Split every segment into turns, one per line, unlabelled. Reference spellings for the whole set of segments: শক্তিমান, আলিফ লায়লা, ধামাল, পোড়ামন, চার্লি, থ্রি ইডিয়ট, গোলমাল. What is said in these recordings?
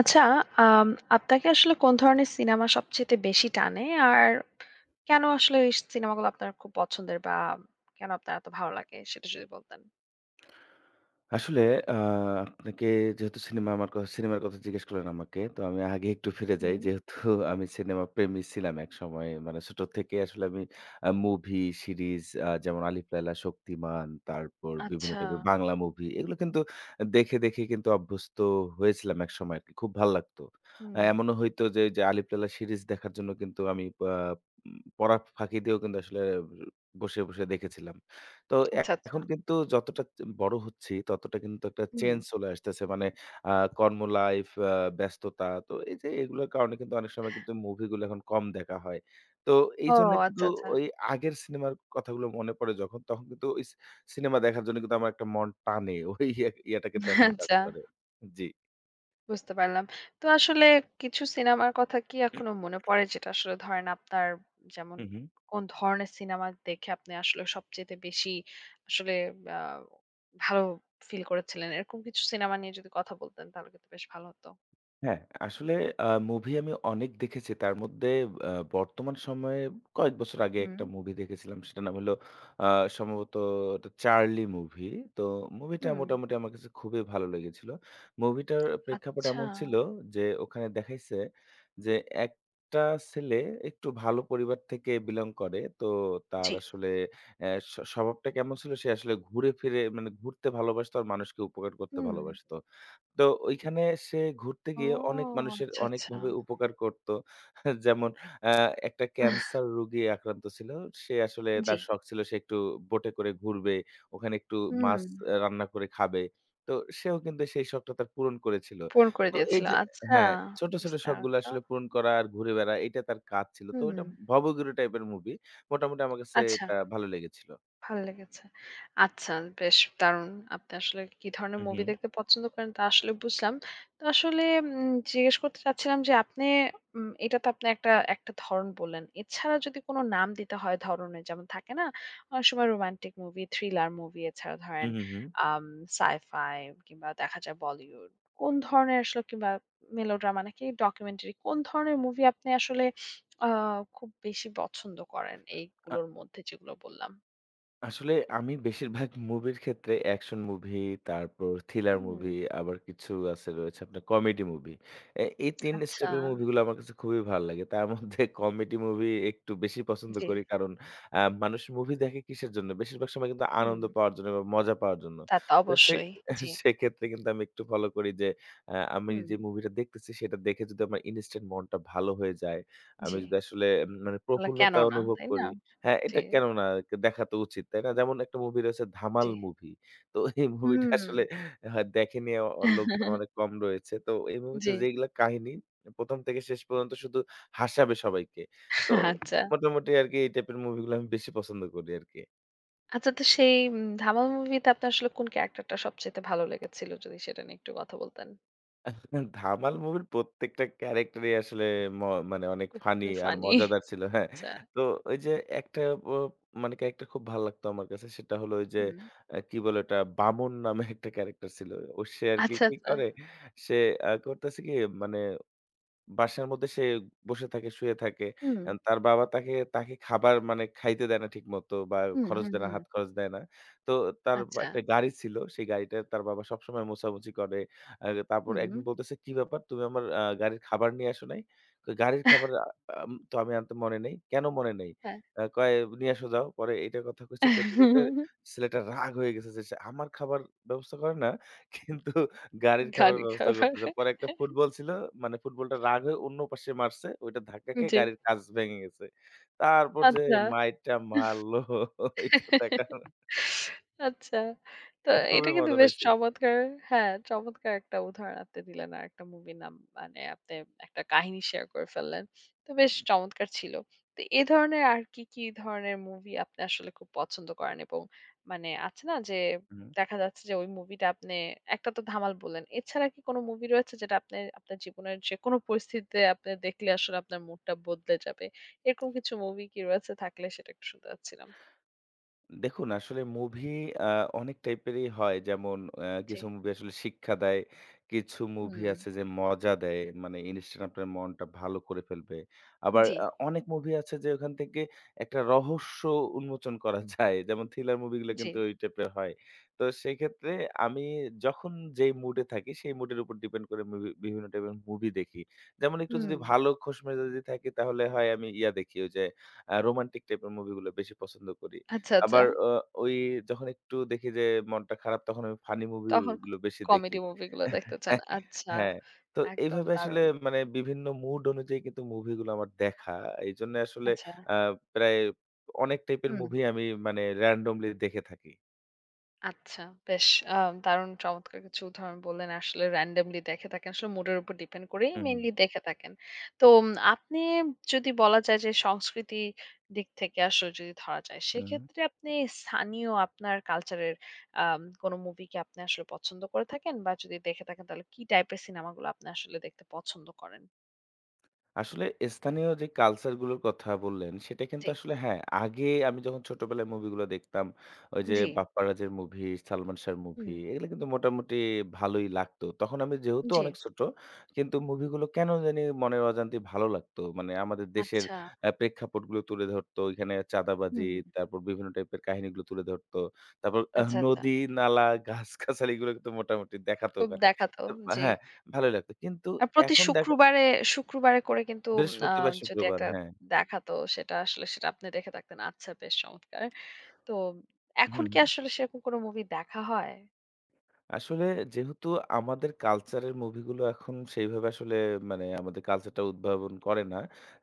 আচ্ছা, আম আপনাকে আসলে কোন ধরনের cinema সবচেয়ে বেশি টানে? আর কেন আসলে এই সিনেমাগুলো আপনার খুব পছন্দের বা কেন আপনার এত ভালো লাগে সেটা যদি বলতেন?
আসলে আ আপনাকে যেহেতু সিনেমা আমার কথা সিনেমার কথা জিজ্ঞেস করলেন আমাকে। তো আমি আগে একটু ফিরে যাই।
হুম।
যেহেতু আমি সিনেমা প্রেমী ছিলাম একসময়। মানে ছোট থেকে আসলে আমি মুভি, সিরিজ যেমন 'আলিফ লায়লা', 'শক্তিমান' তারপর বিভিন্ন
আচ্ছা।
টাইপের বাংলা মুভি এগুলো কিন্তু দেখে কিন্তু অভ্যস্ত হয়েছিলাম একসময় আরকি। খুব ভাল লাগতো।
হুম।
এমনও হইতো যে 'আলিফ লায়লা' সিরিজ দেখার জন্য কিন্তু আমি আ পড়া ফাঁকি দিয়েও কিন্তু আসলে বসে দেখেছিলাম। তো
আচ্ছা, আচ্ছা।
এখন কিন্তু যতটা বড় হচ্ছি, ততটা কিন্তু একটা
হুম।
চেঞ্জ চলে আসতেছে। মানে আ কর্ম লাইফ, ব্যস্ততা। তো এই যে এগুলোর কারণে কিন্তু অনেক সময় কিন্তু মুভিগুলো এখন কম দেখা হয়। তো
ও
এইজন্য কিন্তু
আচ্ছা, আচ্ছা।
ওই আগের সিনেমার কথাগুলো মনে পড়ে যখন, তখন কিন্তু ওই সি সিনেমা দেখার জন্য কিন্তু আমার একটা মন টানে। ওই ইয়াটা কিন্তু এখনো কাজ
আচ্ছা।
করে। জি।
বুঝতে পারলাম। তো আসলে কিছু সিনেমার কথা কি এখনো মনে পড়ে যেটা আসলে ধরেন আপনার যেমন
হু, হু।
কোন ধরনের সিনেমা দেখে আপনি আসলে সবচাইতে বেশি আসলে আ ভালো ফিল করেছিলেন? এরকম কিছু সিনেমা নিয়ে যদি কথা বলতেন তাহলে কিন্তু বেশ ভালো হতো।
হ্যাঁ, আসলে মুভি আমি অনেক দেখেছি। তার মধ্যে বর্তমান সময়ে কয়েক বছর আগে
হুম,
একটা মুভি দেখেছিলাম। সেটার নাম হলো আ সম্ভবত এটা 'চার্লি' মুভি। তো মুভিটা
হুম।
মোটামুটি আমার কাছে খুবই ভালো লেগেছিল। মুভিটার প্রেক্ষাপট
আচ্ছা।
এমন ছিল যে ওখানে দেখাইছে যে একটা ছেলে একটু ভালো পরিবার থেকে বিলং করে। তো তার
জি।
আসলে অ্যা স স্বভাবটা কেমন ছিল সে আসলে ঘুরে ফিরে মানে ঘুরতে ভালোবাসত আর মানুষকে উপকার করতে
হুম।
ভালোবাসত। তো ওইখানে সে ঘুরতে
ও
গিয়ে অনেক মানুষের
আচ্ছা, আচ্ছা।
অনেকভাবে উপকার করত। যেমন আ একটা ক্যান্সার রোগী আক্রান্ত ছিল। সে আসলে
জি।
তার শখ ছিল সে একটু বোটে করে ঘুরবে, ওখানে একটু
হুম।
মাছ রান্না করে খাবে। তো সেও কিন্তু সেই শখটা তার পূরণ করেছিল।
পূরণ করে
তো এই
দিয়েছিল।
যে
আচ্ছা।
হ্যাঁ, ছোট,
বেশ
ছোট
দারুণ
শখগুলো
তো।
আসলে পূরণ করা আর ঘুরে বেড়া এটা তার কাজ ছিল। তো
হুম।
এটা ভবঘুরে টাইপের মুভি। মোটামুটি আমার কাছে
আচ্ছা।
এটা ভালো লেগেছিল।
ভালো লেগেছে। আচ্ছা বেশ দারুণ। আপনি আসলে কি ধরনের
হু, হু।
মুভি দেখতে পছন্দ করেন তা আসলে বুঝলাম। তো আসলে জিজ্ঞেস করতে চাচ্ছিলাম যে আপনি এটা তো আপনি একটা ধরন বললেন। এছাড়া যদি কোনো নাম দিতে হয় ধরনের যেমন থাকে না? অনেক সময় রোমান্টিক মুভি, থ্রিলার মুভি এছাড়া
হু,
ধরেন
হু, হু।
আম সাই-ফাই কিংবা দেখা যায় বলিউড। কোন ধরনের আসলে কিংবা মেলোড্রামা নাকি ডকুমেন্টারি কোন ধরনের মুভি আপনি আসলে আ খুব বেশি পছন্দ করেন এইগুলোর মধ্যে যেগুলো বললাম?
আসলে আমি বেশিরভাগ মুভির ক্ষেত্রে অ্যাকশন মুভি, তারপর থ্রিলার
হুম,
মুভি, আবার কিছু আছে রয়েছে আপনার কমেডি মুভি। এই ৩
আচ্ছা।
স্টেপের মুভিগুলো আমার কাছে খুবই ভাল লাগে। তার মধ্যে কমেডি মুভি একটু বেশি পছন্দ
জি।
করি। কারণ মানুষ মুভি দেখে কিসের জন্য? বেশিরভাগ সময় কিন্তু
হুম।
আনন্দ পাওয়ার জন্য বা মজা পাওয়ার জন্য।
তা তো
তো
অবশ্যই। জি।
সেক্ষেত্রে কিন্তু আমি একটু ফলো করি যে আমি
হুম।
যে মুভিটা দেখতেছি সেটা দেখে যদি আমার ইনস্ট্যান্ট মনটা ভালো হয়ে যায়, আমি
জি।
যদি আসলে মানে
তাহলে কেন
প্রফুল্লতা
না,
অনুভব
তাই না?
করি হ্যাঁ,
জি,
এটা কেন না? দেখা তো উচিত, তাই না? যেমন একটা মুভি রয়েছে
জি।
'ধামাল' মুভি। তো এই মুভিটা
হুম।
আসলে হ্যাঁ, দেখেনি অ অ- লোকজন অনেক কম রয়েছে। তো এই মুভিতে
জি।
যেইগুলা কাহিনী ১ম থেকে শেষ পর্যন্ত শুধু হাসাবে সবাইকে। তো
আচ্ছা।
মোটামুটি আরকি এই টাইপের মুভিগুলো আমি বেশি পছন্দ করি আরকি।
আচ্ছা, তো সেই ধামাল মুভিতে আপনার আসলে কোন ক্যারেক্টারটা সবচাইতে ভালো লেগেছিল? যদি সেটা নিয়ে একটু কথা বলতেন।
ধামাল মুভির প্রত্যেকটা ক্যারেক্টারই আসলে ম মানে অনেক ফানি
খুবই
আর
ফানি।
মজাদার ছিল। হ্যাঁ।
আচ্ছা।
তো ওই যে একটা ও মানে ক্যারেক্টার খুব ভাল লাগতো আমার কাছে। সেটা হলো ওই যে
হুম।
কি বলে ওটা বামন নামে একটা ক্যারেক্টার ছিল। ও সে আরকি কি
আচ্ছা,
কি
আচ্ছা।
করে সে করতেছে কি মানে বাসার মধ্যে সে বসে থাকে, শুয়ে থাকে।
হুম।
তার বাবা তাকে খাবার মানে খাইতে দেয় না ঠিকমতো বা
হুম,
খরচ
হুম,
দেয় না,
হুম।
হাত খরচ দেয় না। তো তার বা
আচ্ছা।
একটা গাড়ি ছিল। সেই গাড়িটা তার বাবা সবসময় মোছামুছি করে। আ তারপর
হুম।
একদিন বলতেছে, "কি ব্যাপার? তুমি আমার গাড়ির খাবার নিয়ে আসো নাই?" কয়, "গাড়ির খাবার আ আম তো আমি আনতে মনে নেই।" "কেন মনে নেই?"
হ্যাঁ।
কয়, "নিয়ে আসো যাও।" পরে এইটার কথা কইছে। কইতে ছেলেটা রাগ হয়ে গেছে যে, "সে আমার খাবার ব্যবস্থা করে না, কিন্তু" গাড়ির খাবারের
গাড়ি
ব্যবস্থা
খাবার।
করতেছে। পরে একটা ফুটবল ছিল। মানে ফুটবলটা রাগ হয়ে অন্য পাশে মারছে। ওইটা ধাক্কা খেয়ে
জি।
গাড়ির কাঁচ ভেঙে গেছে। তারপর যে
আচ্ছা।
মাইরটা মারলো, এটা দেখা
আচ্ছা। তো এটা
খুবই
কিন্তু
মজা
বেশ
পাইছি।
চমৎকার। হ্যাঁ, চমৎকার একটা উদাহরণ আপনি দিলেন। আরেকটা মুভির নাম মানে আপনি একটা কাহিনী শেয়ার করে ফেললেন। তো বেশ
হুম,
চমৎকার ছিল। তো এ ধরনের আর কি ধরনের মুভি আপনি আসলে খুব পছন্দ করেন? এবং মানে আছে না যে
হুম।
দেখা যাচ্ছে যে ওই মুভিটা আপনি একটা তো ধামাল বললেন। এছাড়া কি কোনো মুভি রয়েছে যেটা আপনি আপনার জীবনের যেকোনো পরিস্থিতিতে আপনি দেখলে আসলে আপনার মুডটা বদলে যাবে? এরকম কিছু মুভি কি রয়েছে? থাকলে সেটা একটু শুনতে চাচ্ছিলাম।
দেখুন আসলে মুভি আ অনেক টাইপেরই হয়। যেমন
জি।
কিছু মুভি আসলে শিক্ষা দেয়। কিছু মুভি
হুম,
আছে যে মজা দেয়। মানে ইনস্ট্যান্ট আপনার মনটা ভালো করে ফেলবে। আবার
জি,
অনেক মুভি আছে যে ওখান থেকে একটা রহস্য উন্মোচন করা যায়। যেমন থ্রিলার মুভিগুলো
জি।
কিন্তু ওই টাইপের হয়। তো সেক্ষেত্রে আমি যখন যেই মুডে থাকি সেই মুডের উপর ডিপেন্ড করে মুভি বিভিন্ন টাইপের মুভি দেখি। যেমন একটু যদি
হুম,
ভালো খোশ মেজাজে থাকি তাহলে হয় আমি ইয়া দেখি ওই যে রোমান্টিক টাইপের মুভিগুলো বেশি পছন্দ করি।
আচ্ছা, আচ্ছা।
আবার অ ওই যখন একটু দেখি যে মনটা খারাপ তখন আমি ফানি মুভি
তখন ক
গুলো বেশি দেখি।
কমেডি মুভি গুলো দেখতে চান। আচ্ছা,
হ্যাঁ, তো
একদম
এইভাবে আসলে
দারুণ।
মানে বিভিন্ন মুড অনুযায়ী কিন্তু মুভিগুলো আমার দেখা। এইজন্য আসলে
আচ্ছা,
আ প্রায় অনেক টাইপের
হুম।
মুভি আমি মানে randomly দেখে থাকি।
আচ্ছা বেশ আ দারুণ চমৎকার কিছু উদাহরণ বললেন। আসলে randomly দেখে থাকেন। আসলে মুডের উপর ডিপেন্ড করেই
হুম,
মেইনলি দেখে থাকেন। তো আপনি যদি বলা যায় যে সংস্কৃতি দিক থেকে আসলে যদি ধরা যায়,
হুম।
সেক্ষেত্রে আপনি স্থানীয় আপনার কালচারের কোনো মুভি কি আপনি আসলে পছন্দ করে থাকেন? বা যদি দেখে থাকেন তাহলে কি টাইপের সিনেমাগুলো আপনি আসলে দেখতে পছন্দ করেন?
আসলে স্থানীয় যে কালচার গুলোর কথা বললেন, সেটা কিন্তু
জি,
আসলে হ্যাঁ, আগে আমি যখন ছোটবেলায় মুভিগুলো দেখতাম, ওই যে
জি,
বাপ্পারাজের মুভি, সালমান শাহর মুভি,
হুম,
এগুলো কিন্তু মোটামুটি ভালোই লাগতো। তখন আমি যেহেতু
জি,
অনেক ছোট, কিন্তু মুভিগুলো কেন জানি মনের অজান্তে ভালো লাগতো। মানে আমাদের দেশের
আচ্ছা,
প্রেক্ষাপটগুলো তুলে ধরতো। ওইখানে চাঁদাবাজি,
হুম,
তারপর বিভিন্ন টাইপের কাহিনীগুলো তুলে ধরতো। তারপর
আচ্ছা, আচ্ছা।
নদী, নালা, গাছ-গাছালি এগুলো কিন্তু মোটামুটি দেখাতো
খুব
ওখানে।
দেখা তো,
তো
জি।
হ্যাঁ, ভালোই লাগতো। কিন্তু
প্রতি
এখন দেখা
শুক্রবারে, শুক্রবারে করে কিন্তু আ
বৃহস্পতিবার,
যদি
শুক্রবার,
একটা
হ্যাঁ।
দেখাতো সেটা আসলে সেটা আপনি দেখে থাকতেন। আচ্ছা বেশ চমৎকার। তো এখন
হুম,
কি
হুম।
আসলে সেরকম কোনো মুভি দেখা হয়?
আসলে যেহেতু আমাদের কালচারের মুভিগুলো এখন সেইভাবে আসলে মানে আমাদের কালচারটা উদ্ভাবন করে না।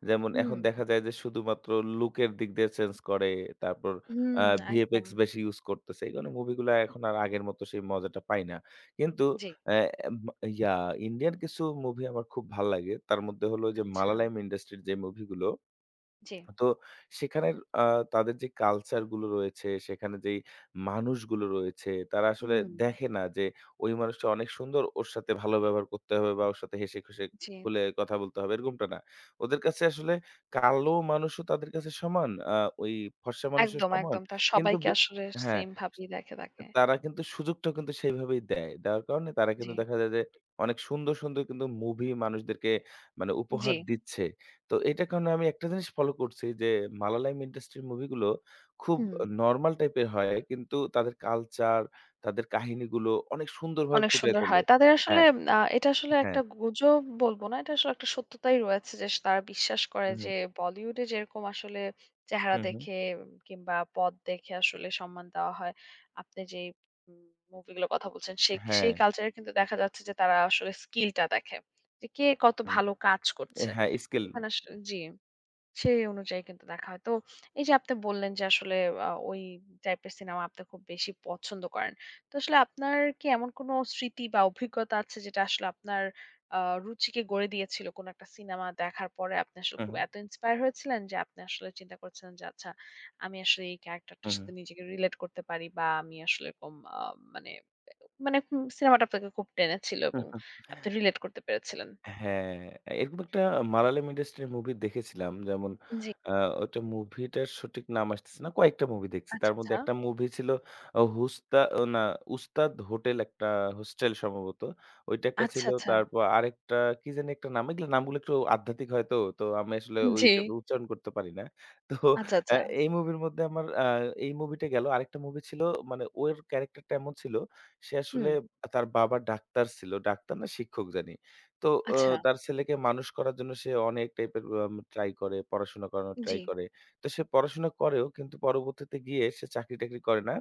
যেমন
হুম।
এখন দেখা যায় যে শুধুমাত্র লুকের দিক দিয়ে চেঞ্জ করে। তারপর আ
হুম, একদম।
ভিএফএক্স বেশি ইউজ করতেছে। এই কারণে মুভিগুলো এখন আর আগের মতো সেই মজাটা পাই না। কিন্তু
জি।
অ্যা এম ইয়া ইন্ডিয়ান কিছু মুভি আমার খুব ভাল লাগে। তার মধ্যে হলো যে
আচ্ছা।
মালায়ালাম ইন্ডাস্ট্রির যে মুভিগুলো
জি।
তো সেখানের আ তাদের যে কালচার গুলো রয়েছে, সেখানে যেই মানুষগুলো রয়েছে, তারা আসলে
হুম।
দেখে না যে ওই মানুষটা অনেক সুন্দর, ওর সাথে ভালো ব্যবহার করতে হবে বা ওর সাথে হেসে খুশে
জি।
খুলে কথা বলতে হবে, এরকমটা না। ওদের কাছে আসলে কালো মানুষও তাদের কাছে সমান, আ ওই ফর্সা মানুষও
একদম,
সমান।
একদম। তার
কিন্তু
সবাইকে
বে
আসলে
হ্যাঁ।
সেম ভাবেই দেখে থাকে।
তারা কিন্তু সুযোগটাও কিন্তু সেইভাবেই দেয়। দেওয়ার কারণে তারা
জি,
কিন্তু দেখা যায় যে অনেক সুন্দর, সুন্দর কিন্তু মুভি মানুষদেরকে মানে
জি।
উপহার দিচ্ছে। তো এটার কারণে আমি একটা জিনিস ফলো করছি যে মালালাইম ইন্ডাস্ট্রির মুভিগুলো খুব
হুম।
নরমাল টাইপের হয় কিন্তু তাদের কালচার, তাদের কাহিনীগুলো অনেক সুন্দরভাবে
অনেক
ফুটিয়ে
সুন্দর
তোলে।
হয়। তাদের আসলে
হ্যাঁ,
এটা আসলে
হ্যাঁ।
একটা গুজব বলব না। এটা আসলে একটা সত্যতাই রয়েছে যে তারা বিশ্বাস করে
হুম,
যে
হুম,
বলিউডে যেরকম আসলে চেহারা
হুম, হুম।
দেখে কিংবা পদ দেখে আসলে সম্মান দেওয়া হয়। আপনি যেই উম মুভিগুলোর কথা বলছেন সেই
হ্যাঁ,
সেই কালচারে কিন্তু দেখা যাচ্ছে যে তারা আসলে স্কিলটা দেখে। যে কে কত
হুম।
ভালো কাজ করছে।
হ্যাঁ, স্কেল।
ওখানে আস জি। সেই অনুযায়ী কিন্তু দেখা হয়। তো এই যে আপনি বললেন যে আসলে ওই টাইপের সিনেমা আপনি খুব বেশি পছন্দ করেন। তো আসলে আপনার কি এমন কোনো স্মৃতি বা অভিজ্ঞতা আছে যেটা আসলে আপনার আ রুচিকে গড়ে দিয়েছিল? কোনো একটা সিনেমা দেখার পরে আপনি আসলে
হুম,
খুব
হুম,
এত ইন্সপায়ার হয়েছিলেন যে আপনি আসলে চিন্তা করেছিলেন যে আচ্ছা আমি আসলে এই ক্যারেক্টারটার
হুম,
সাথে নিজেকে রিলেট করতে পারি বা আমি আসলে এরকম আ মানে মানে উম সিনেমাটা আপনাকে খুব টেনেছিল এবং
হুম।
আপনি রিলেট করতে পেরেছিলেন।
হ্যাঁ, এরকম একটা মালায়ালাম ইন্ডাস্ট্রির মুভি দেখেছিলাম। যেমন
জি।
আ ওটা মুভিটার সঠিক নাম আসতেছে না। কয়েকটা মুভি দেখছি।
আচ্ছা,
তার মধ্যে
আচ্ছা।
একটা মুভি ছিল আ হুস্তা ও না উস্তাদ হোটেল একটা হোস্টেল সম্ভবত। ওইটা একটা
আচ্ছা,
ছিল।
আচ্ছা।
তারপর আরেকটা কি জানি একটা নাম। এগুলো নামগুলো একটু আধ্যাত্মিক হয়তো। তো আমি আসলে ওই
জি।
টাইপের উচ্চারণ করতে পারি না। তো
আচ্ছা,
আ
আচ্ছা।
এই মুভির মধ্যে আমার এই মুভিটা গেল। আরেকটা মুভি ছিল মানে ওর ক্যারাক্টারটা এমন ছিল সে আসলে
হুম।
তার বাবা ডাক্তার ছিল। ডাক্তার না শিক্ষক জানি। তো অ
আচ্ছা।
তার ছেলেকে মানুষ করার জন্য সে অনেক টাইপের ট্রাই করে, পড়াশোনা করানোর ট্রাই
জি।
করে। তো সে পড়াশোনা করেও কিন্তু পরবর্তীতে গিয়ে সে চাকরি-টাকরি করে না।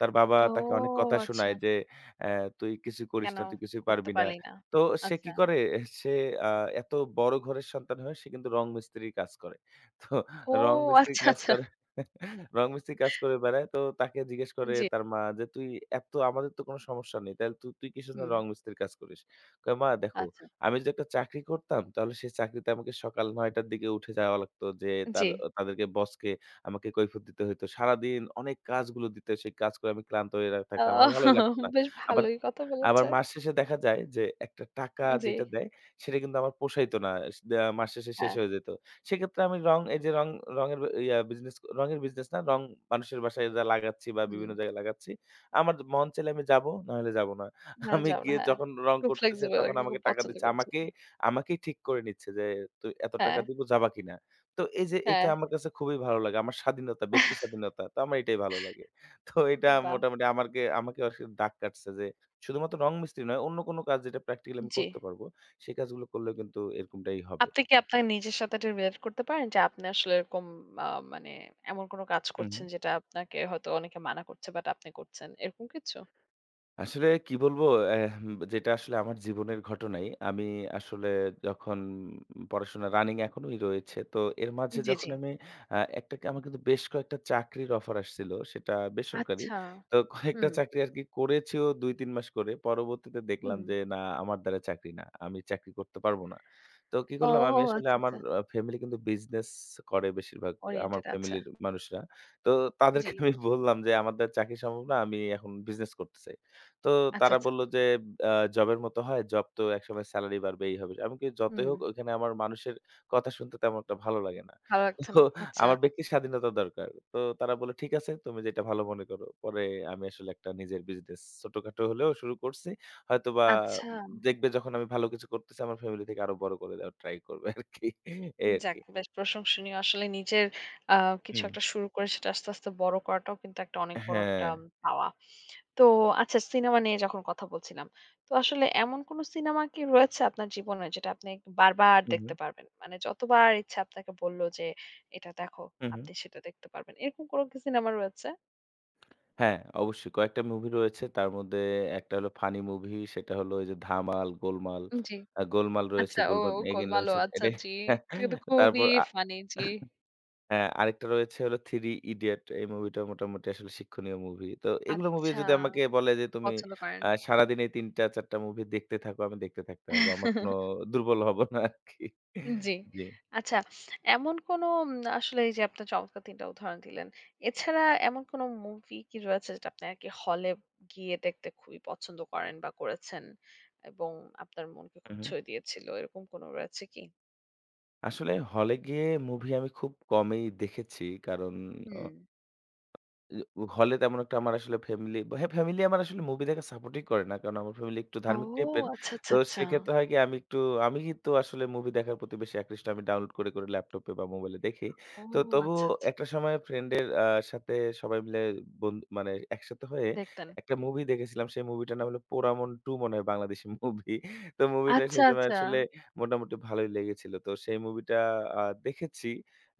তার বাবা
ও
তাকে অনেক কথা
আচ্ছা।
শোনায় যে, অ্যা "তুই কিছু করিস
কেন
না, তুই কিছুই
করতে
পারবি না।"
পারলি না?
তো সে কি
আচ্ছা।
করে? সে আ এত বড় ঘরের সন্তান হয়ে সে কিন্তু রং মিস্ত্রির কাজ করে। তো
ও
রং মিস্ত্রির
আচ্ছা,
কাজ
আচ্ছা।
করে রং মিস্ত্রির কাজ করে বেড়ায়। তো তাকে জিজ্ঞেস করে
জি।
তার মা যে, "তুই এত আমাদের তো কোনো সমস্যা নেই। তাহলে তুই তুই কিসের জন্য
হুম।
রং মিস্ত্রির কাজ করিস?" কয়, "মা দেখো,
আচ্ছা।
আমি যদি একটা চাকরি করতাম তাহলে সেই চাকরিতে আমাকে সকাল ৯:০০টার দিকে উঠে যাওয়া লাগতো যে
জি।
তাদেরকে বসকে আমাকে কৈফিয়ত দিতে হইতো। সারাদিন অনেক কাজগুলো দিত। সেই কাজ করে আমি ক্লান্ত হয়ে
ও
থাকতাম। আমার ভালোই লাগতো না।
বেশ
আবার
ভালোই কথা
আবার
বলেছে।
মাস শেষে দেখা যায় যে একটা টাকা
জি,
যেটা দেয় সেটা কিন্তু আমার পোষাইতো না। স দে মাস শেষে শেষ
হ্যাঁ।
হয়ে যেত। সেক্ষেত্রে আমি রং এই যে রং রঙের ব- ইয়া বিজনেস রঙের বিজনেস না রং মানুষের বাসায় যা লাগাচ্ছি বা বিভিন্ন
হুম।
জায়গায় লাগাচ্ছি। আমার মন চাইলে আমি যাবো, নাহলে যাবো না।
না
আমি
যাবো না,
গিয়ে
হ্যাঁ।
যখন রং
খুব
করতেছে
ফ্লেক্সিবল
তখন
আরকি
আমাকে
খুব
টাকা
পছন্দ
দিচ্ছে।
করছিল।
আমাকেই ঠিক করে নিচ্ছে যে তুই এত
হ্যাঁ,
টাকা দিব যাবা কিনা। তো এই যে এটা
হ্যাঁ।
আমার কাছে খুবই ভালো লাগে। আমার স্বাধীনতা, ব্যক্তি স্বাধীনতা। তো আমার এটাই ভালো লাগে। তো এটা
বাহ!
মোটামুটি আমাকে আসলে দাগ কাটছে যে শুধুমাত্র রং মিস্ত্রি নয়, অন্য কোনো কাজ যেটা প্র্যাকটিক্যালি আমি
জি।
করতে পারব, সেই কাজগুলো করলেও কিন্তু এরকমটাই হবে।
আপনি কি আপনার নিজের সাথে এটা রিলেট করতে পারেন যে আপনি আসলে এরকম আ মানে এমন কোন কাজ
হু, হু।
করছেন যেটা আপনাকে হয়তো অনেকে মানা করছে বাট আপনি করছেন। এরকম কিছু?
আসলে কি বলবো? এহ যেটা আসলে আমার জীবনের ঘটনাই। আমি আসলে যখন পড়াশোনা রানিং এখনোই রয়েছে। তো এর মাঝে
জি,
যখন
জি।
আমি আ একটা আমার কিন্তু বেশ কয়েকটা চাকরির অফার আসছিল। সেটা বেসরকারি।
আচ্ছা।
তো কয়েকটা
হুম।
চাকরি আরকি করেছিও ২-৩ মাস করে। পরবর্তীতে দেখলাম
হুম।
যে না আমার দ্বারা চাকরি না। আমি চাকরি করতে পারব না। তো কি করলাম
ওহ!
আমি আসলে
আচ্ছা,
আমার
আচ্ছা।
ফ্যামিলি কিন্তু বিজনেস করে বেশিরভাগ আমার
ওরিয়েন্টেড আচ্ছা।
ফ্যামিলির মানুষরা। তো
জি।
তাদেরকে আমি বললাম যে আমার দ্বারা চাকরি সম্ভব না। আমি এখন বিজনেস করতে চাই। তো
আচ্ছা,
তারা
আচ্ছা।
বলল যে, জবের মতো হয়, জব তো একসময় সেলারি বাড়বে এই হবে। আমি কই যতই
হুম।
হোক ওইখানে আমার মানুষের কথা শুনতে তেমন একটা ভালো লাগে না।
ভালো লাগছে
তো
না। আচ্ছা,
আমার ব্যক্তির স্বাধীনতা দরকার। তো তারা বলল, "ঠিক আছে, তুমি যেটা ভালো মনে করো।" পরে আমি আসলে একটা নিজের বিজনেস ছোটখাটো হলেও শুরু করছি। হয়তোবা
আচ্ছা।
দেখবে যখন আমি ভালো কিছু করতেছি আমার ফ্যামিলি থেকে আরো বড় করে দেওয়ার ট্রাই করবে আরকি। এই আরকি।
যাক বেশ প্রশংসনীয়। আসলে নিজের আ কিছু
হুম।
একটা শুরু করে সেটা আস্তে বড় করাটাও কিন্তু একটা অনেক বড়
হ্যাঁ।
একটা পাওয়া। তো আচ্ছা সিনেমা নিয়ে যখন কথা বলছিলাম। তো আসলে এমন কোন সিনেমা কি রয়েছে আপনার জীবনে যেটা আপনি বারবার
হু, হু।
দেখতে পারবেন? মানে যতবার ইচ্ছা আপনাকে বলল যে, "এটা দেখো।"
হু, হু।
আপনি সেটা দেখতে পারবেন। এরকম কোন কি সিনেমা রয়েছে?
হ্যাঁ, অবশ্যই কয়েকটা মুভি রয়েছে। তার মধ্যে একটা হলো ফানি মুভি সেটা হলো ওই যে 'ধামাল', 'গোলমাল',
জি।
'গোলমাল' রয়েছে,
আচ্ছা, ও
'গোলমাল
ও
এগেইন'
গোলমালও
রয়েছে।
আচ্ছা
এটাই
জি। এটা কিন্তু খুবই
তারপর আ
ফানি জি।
হ্যাঁ, আরেকটা রয়েছে হলো 'থ্রি ইডিয়ট' এই মুভিটা মোটামুটি আসলে শিক্ষণীয় মুভি। তো এগুলো মুভি
আচ্ছা,
যদি আমাকে বলে যে তুমি
পছন্দ করেন।
সারাদিন এই ৩ টা ৪ টা মুভি দেখতে থাকো, আমি দেখতে থাকতে পারবো। আমার কোনো দুর্বল হব না আরকি।
জি।
জি।
আচ্ছা, এমন কোনো আসলে এই যে আপনার চমৎকার ৩ টা উদাহরণ দিলেন। এছাড়া এমন কোনো মুভি কি রয়েছে যেটা আপনি আরকি হলে গিয়ে দেখতে খুবই পছন্দ করেন বা করেছেন এবং আপনার মনকে
হু,
খুব
হু।
ছুঁয়ে দিয়েছিল? এরকম কোনো রয়েছে কি?
আসলে হলে গিয়ে মুভি আমি খুব কমই দেখেছি। কারণ অ
হুম।
উ হলে তেমন একটা আমার আসলে হ্যাঁ, ফ্যামিলি আমার আসলে মুভি দেখা সাপোর্টই করে না। কারণ আমার ফ্যামিলি একটু
ও
ধার্মিক টাইপের।
আচ্ছা, আচ্ছা,
তো
আচ্ছা।
সেক্ষেত্রে হয় কি আমি কিন্তু আসলে মুভি দেখার প্রতি বেশি আকৃষ্ট। আমি ডাউনলোড করে ল্যাপটপে বা মোবাইলে দেখি।
ও
তো তবুও
আচ্ছা, আচ্ছা।
একটা সময় ফ্রেন্ডের সাথে সবাই মিলে মানে একসাথে হয়ে
দেখতেন।
একটা মুভি দেখেছিলাম। সেই মুভিটার নাম হলো 'পোড়ামন ২' মনে হয় বাংলাদেশী মুভি। তো মুভিটা
আচ্ছা,
সেই সময়
আচ্ছা।
আসলে মোটামুটি ভালোই লেগেছিল। তো সেই মুভিটা দেখেছি।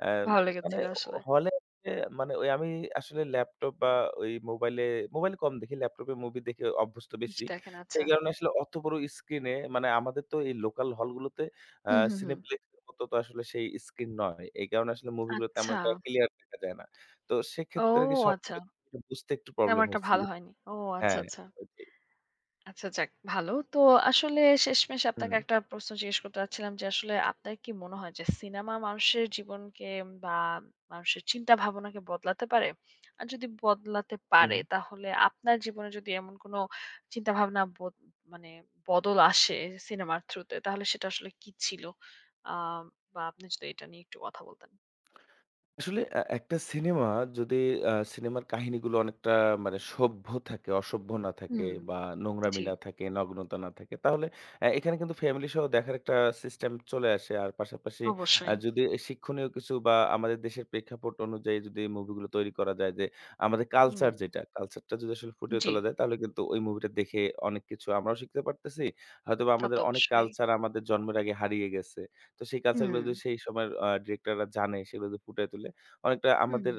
আ
ভালো
মানে
লেগেছিল আসলে।
হলে এ মানে ওই আমি আসলে ল্যাপটপ বা ওই মোবাইলে, মোবাইলে কম দেখি। ল্যাপটপে মুভি দেখে অভ্যস্ত বেশি।
বেশি দেখেন,
সেই
আচ্ছা।
কারণে আসলে অত বড় স্ক্রিনে মানে আমাদের তো এই লোকাল হলগুলোতে আ
হুম, হুম, হুম।
সিনেপ্লেক্স এর মতো তো আসলে সেই স্ক্রিন নয়। এই কারণে আসলে মুভিগুলো তেমন
আচ্ছা।
একটা ক্লিয়ার দেখা যায় না। তো
ও
সেক্ষেত্রে আরকি
আচ্ছা।
সবকিছু বুঝতে একটু
তেমন
প্রবলেম
একটা
হয়েছিল।
ভালো হয়নি। ও আচ্ছা,
হ্যাঁ,
আচ্ছা।
ওইটাই।
আচ্ছা যাক ভালো। তো আসলে শেষমেশ
হুম,
আপনাকে একটা প্রশ্ন জিজ্ঞেস করতে চাচ্ছিলাম যে আসলে আপনার কি মনে হয় যে সিনেমা মানুষের জীবনকে বা মানুষের চিন্তা ভাবনাকে বদলাতে পারে? আর যদি বদলাতে
হুম।
পারে তাহলে আপনার জীবনে যদি এমন কোনো চিন্তাভাবনা বদ মানে বদল আসে সিনেমার থ্রুতে তাহলে সেটা আসলে কি ছিল? আ বা আপনি যদি এটা নিয়ে একটু কথা বলতেন।
আসলে একটা সিনেমা যদি সিনেমার কাহিনীগুলো অনেকটা মানে সভ্য থাকে, অসভ্য না থাকে
হুম।
বা নোংরামি
জি।
না থাকে, নগ্নতা না থাকে, তাহলে এখানে কিন্তু ফ্যামিলি সহ দেখার একটা সিস্টেম চলে আসে। আর পাশাপাশি
অবশ্যই।
যদি শিক্ষণীয় কিছু বা আমাদের দেশের প্রেক্ষাপট অনুযায়ী যদি মুভিগুলো তৈরি করা যায় যে, আমাদের
হুম,
কালচার যেটা, কালচারটা যদি আসলে ফুটিয়ে
জি,
তোলা যায় তাহলে কিন্তু ওই মুভিটা দেখে অনেক কিছু আমরাও শিখতে পারতেছি। হয়তোবা
তা
আমাদের
তো
অনেক
অবশ্যই।
কালচার আমাদের জন্মের আগে হারিয়ে গেছে। তো সেই কালচারগুলো
হুম,
যদি সেই সময়ের ডিরেক্টররা জানে, সেগুলো যদি ফুটিয়ে তোলে অনেকটা
হুম,
আমাদের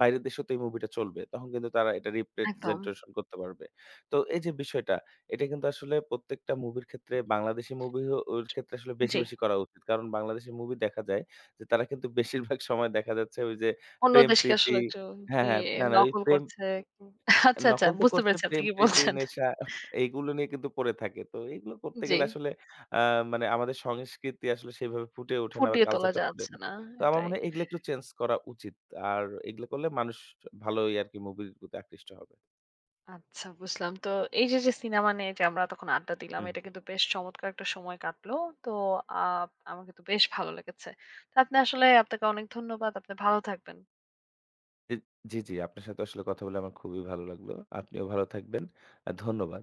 বাইরের দেশেও তো এই মুভিটা চলবে। তখন কিন্তু তারা এটা
একদম।
রিপ্রেজেন্টেশন করতে পারবে। তো এই যে বিষয়টা, এটা কিন্তু আসলে প্রত্যেকটা মুভির ক্ষেত্রে বাংলাদেশী মুভি ও ওর ক্ষেত্রে আসলে বেশি,
জি।
বেশি করা উচিত। কারণ বাংলাদেশী মুভি দেখা যায় যে তারা কিন্তু বেশিরভাগ সময় দেখা যাচ্ছে ওই যে
অন্য
প্রেম
দেশকে
প্রীতি
আসলে একটু
হ্যাঁ,
জি,
হ্যাঁ। না, না ওই
নকল
প্রেম
করছে। উম আচ্ছা, আচ্ছা
নকল তো
বুঝতে
করছে
পেরেছি আপনি
প্রেম,
কি
প্রীতি,
বলছেন।
নেশা এইগুলো নিয়ে কিন্তু পড়ে থাকে। তো এগুলো করতে
জি,
গেলে আসলে আ মানে আমাদের সংস্কৃতি আসলে সেভাবে ফুটে ওঠে না বা
ফুটিয়ে তোলা
কালচারটা ফুটে
যাচ্ছে
না।
না,
তো আমার
এটাই।
মনে হয় এগুলো একটু চেঞ্জ করা উচিত। আর এগুলো করলে মানুষ ভালোই আরকি মুভির প্রতি আকৃষ্ট হবে।
আচ্ছা বুঝলাম। তো এই যে, যে সিনেমা নিয়ে যে আমরা এতক্ষণ আড্ডা দিলাম,
হুম।
এটা কিন্তু বেশ চমৎকার একটা সময় কাটলো। তো আ আমার কিন্তু বেশ ভালো লেগেছে। তো আপনি আসলে আপনাকে অনেক ধন্যবাদ। আপনি ভালো থাকবেন।
জি, জি, জি। আপনার সাথে আসলে কথা বলে আমার খুবই ভালো লাগলো। আপনিও ভালো থাকবেন। ধন্যবাদ।